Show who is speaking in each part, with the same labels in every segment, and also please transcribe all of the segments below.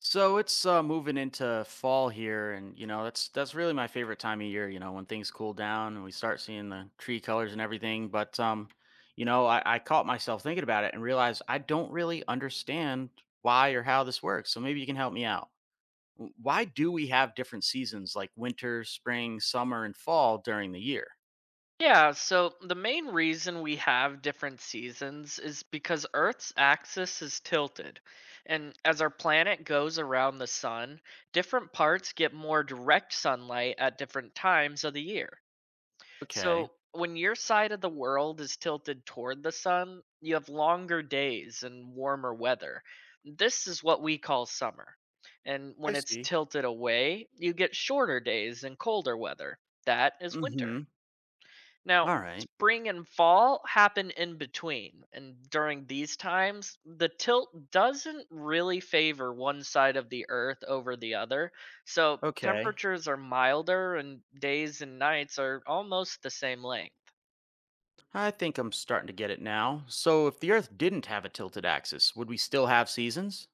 Speaker 1: So it's moving into fall here, and you know that's really my favorite time of year. You know when things cool down and we start seeing the tree colors and everything. But I caught myself thinking about it and realized I don't really understand why or how this works. So maybe you can help me out. Why do we have different seasons like winter, spring, summer, and fall during the year?
Speaker 2: Yeah, so the main reason we have different seasons is because Earth's axis is tilted. And as our planet goes around the sun, different parts get more direct sunlight at different times of the year.
Speaker 1: Okay.
Speaker 2: So when your side of the world is tilted toward the sun, you have longer days and warmer weather. This is what we call summer. And
Speaker 1: I
Speaker 2: when it's
Speaker 1: see.
Speaker 2: tilted away, you get shorter days and colder weather. That is winter.
Speaker 1: Mm-hmm.
Speaker 2: Now,
Speaker 1: All right.
Speaker 2: spring and fall happen in between, and during these times, the tilt doesn't really favor one side of the earth over the other. So,
Speaker 1: Okay.
Speaker 2: temperatures are milder and days and nights are almost the same length.
Speaker 1: I think I'm starting to get it now. So, if the Earth didn't have a tilted axis, would we still have seasons?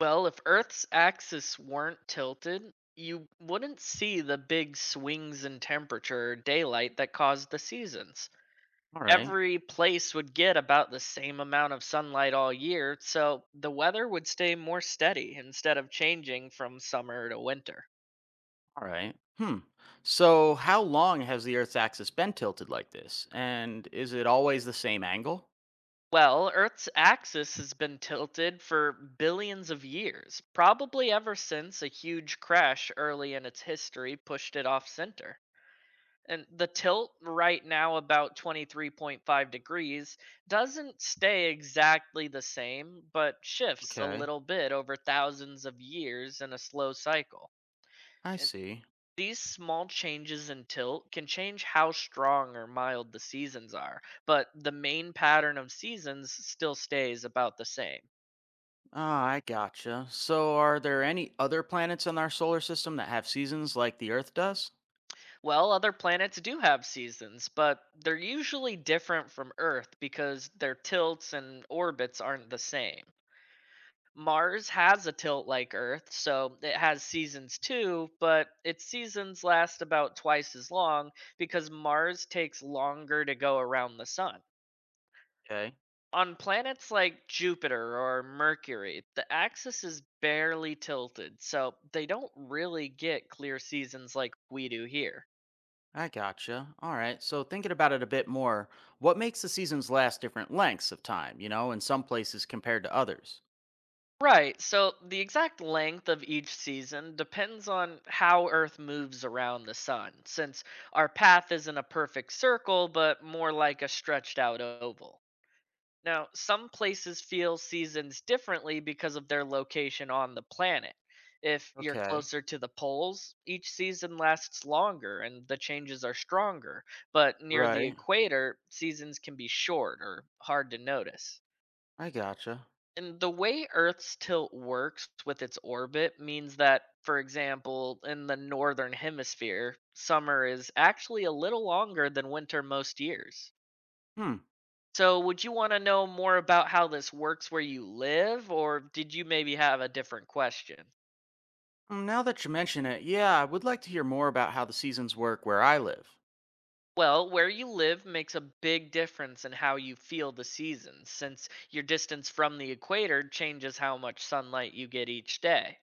Speaker 2: Well, if Earth's axis weren't tilted, you wouldn't see the big swings in temperature or daylight that cause the seasons.
Speaker 1: All right,
Speaker 2: Every place would get about the same amount of sunlight all year, so the weather would stay more steady instead of changing from summer to winter.
Speaker 1: all right. Hmm. So, how long has the Earth's axis been tilted like this? And is it always the same angle?
Speaker 2: Well, Earth's axis has been tilted for billions of years, probably ever since a huge crash early in its history pushed it off center. And the tilt right now, about 23.5 degrees, doesn't stay exactly the same, but shifts a
Speaker 1: Okay,
Speaker 2: little bit over thousands of years in a slow cycle.
Speaker 1: I
Speaker 2: And
Speaker 1: see.
Speaker 2: these small changes in tilt can change how strong or mild the seasons are, but the main pattern of seasons still stays about the same.
Speaker 1: Ah, I gotcha. So, are there any other planets in our solar system that have seasons like the Earth does?
Speaker 2: Well, other planets do have seasons, but they're usually different from Earth because their tilts and orbits aren't the same. Mars has a tilt like Earth, so it has seasons too, but its seasons last about twice as long because Mars takes longer to go around the sun.
Speaker 1: Okay,
Speaker 2: On planets like Jupiter or Mercury, the axis is barely tilted, so they don't really get clear seasons like we do here.
Speaker 1: I gotcha. All right, so thinking about it a bit more, what makes the seasons last different lengths of time, you know, in some places compared to others?
Speaker 2: Right, so the exact length of each season depends on how Earth moves around the sun, since our path isn't a perfect circle, but more like a stretched out oval. Now, some places feel seasons differently because of their location on the planet. If you're
Speaker 1: Okay.
Speaker 2: closer to the poles, each season lasts longer and the changes are stronger. But near the
Speaker 1: Right.
Speaker 2: equator, seasons can be short or hard to notice.
Speaker 1: I gotcha.
Speaker 2: And the way Earth's tilt works with its orbit means that, for example, in the northern hemisphere, summer is actually a little longer than winter most years.
Speaker 1: Hmm.
Speaker 2: So, would you want to know more about how this works where you live, or did you maybe have a different question?
Speaker 1: Mm, now that you mention it, yeah, I would like to hear more about how the seasons work where I live.
Speaker 2: Well, where you live makes a big difference in how you feel the seasons, since your distance from the equator changes how much sunlight you get each day.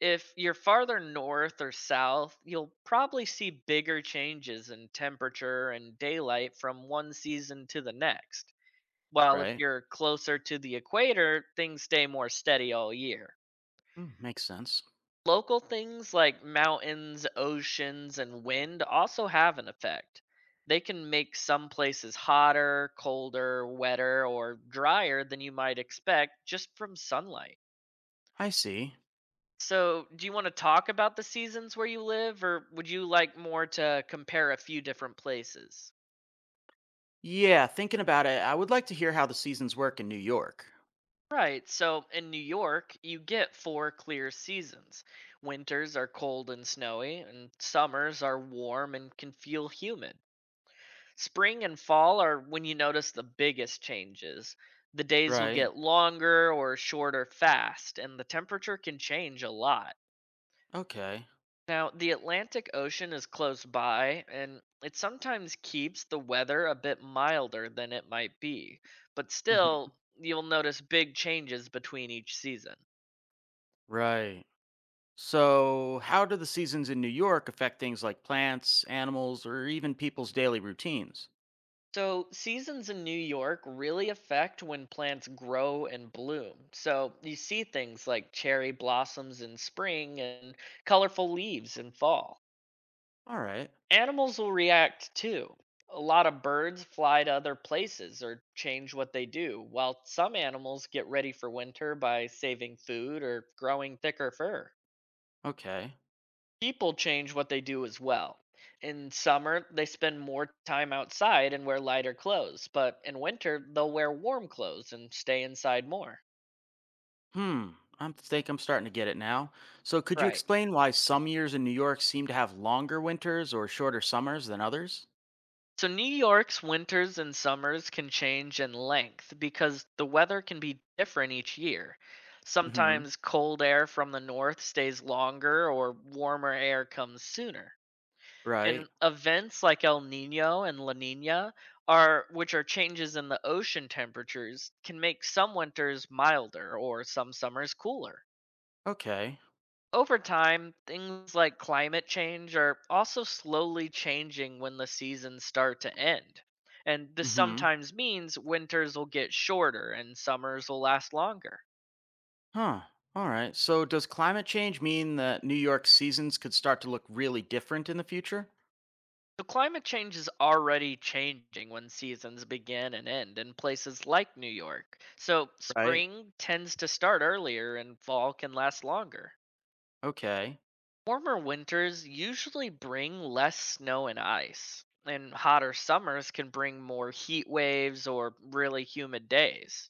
Speaker 2: If you're farther north or south, you'll probably see bigger changes in temperature and daylight from one season to the next. While if
Speaker 1: Right.
Speaker 2: you're closer to the equator, things stay more steady all year.
Speaker 1: Mm, makes sense.
Speaker 2: Local things like mountains, oceans, and wind also have an effect. They can make some places hotter, colder, wetter, or drier than you might expect just from sunlight.
Speaker 1: I see.
Speaker 2: So, do you want to talk about the seasons where you live, or would you like more to compare a few different places?
Speaker 1: Yeah, thinking about it, I would like to hear how the seasons work in New York.
Speaker 2: Right, so in New York, you get four clear seasons. Winters are cold and snowy, and summers are warm and can feel humid. Spring and fall are when you notice the biggest changes. The days will
Speaker 1: Right.
Speaker 2: get longer or shorter fast, and the temperature can change a lot.
Speaker 1: Okay.
Speaker 2: Now, the Atlantic Ocean is close by, and it sometimes keeps the weather a bit milder than it might be, but
Speaker 1: Hmm.
Speaker 2: still, you'll notice big changes between each season.
Speaker 1: Right. So, how do the seasons in New York affect things like plants, animals, or even people's daily routines?
Speaker 2: So, seasons in New York really affect when plants grow and bloom. So, you see things like cherry blossoms in spring and colorful leaves in fall.
Speaker 1: All right.
Speaker 2: Animals will react too. A lot of birds fly to other places or change what they do, while some animals get ready for winter by saving food or growing thicker fur.
Speaker 1: Okay.
Speaker 2: People change what they do as well. In summer, they spend more time outside and wear lighter clothes, but in winter, they'll wear warm clothes and stay inside more.
Speaker 1: Hmm, I think I'm starting to get it now. So, could you
Speaker 2: Right.
Speaker 1: explain why some years in New York seem to have longer winters or shorter summers than others?
Speaker 2: So, New York's winters and summers can change in length because the weather can be different each year.
Speaker 1: Mm-hmm.
Speaker 2: Sometimes cold air from the north stays longer or warmer air comes sooner.
Speaker 1: Right.
Speaker 2: And events like El Nino and La Nina are which are changes in the ocean temperatures can make some winters milder or some summers cooler.
Speaker 1: Okay.
Speaker 2: Over time, things like climate change are also slowly changing when the seasons start to end. And this
Speaker 1: Mm-hmm.
Speaker 2: sometimes means winters will get shorter and summers will last longer.
Speaker 1: Huh. All right. So, does climate change mean that New York's seasons could start to look really different in the future?
Speaker 2: So climate change is already changing when seasons begin and end in places like New York. So
Speaker 1: Right.
Speaker 2: spring tends to start earlier and fall can last longer.
Speaker 1: Okay.
Speaker 2: Warmer winters usually bring less snow and ice, and hotter summers can bring more heat waves or really humid days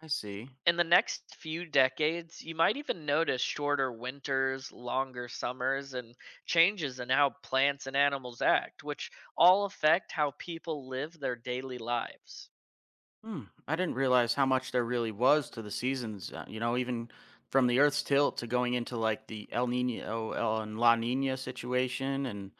Speaker 1: I see.
Speaker 2: in the next few decades, you might even notice shorter winters, longer summers, and changes in how plants and animals act, which all affect how people live their daily lives.
Speaker 1: Hmm. I didn't realize how much there really was to the seasons. Even from the Earth's tilt to going into like the El Nino and La Nina situation, and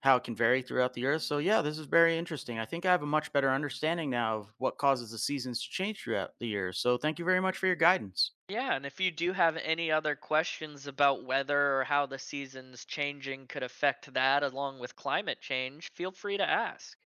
Speaker 1: how it can vary throughout the Earth. So yeah, this is very interesting. I think I have a much better understanding now of what causes the seasons to change throughout the year. So thank you very much for your guidance.
Speaker 2: Yeah, and if you do have any other questions about weather or how the seasons changing could affect that along with climate change, feel free to ask.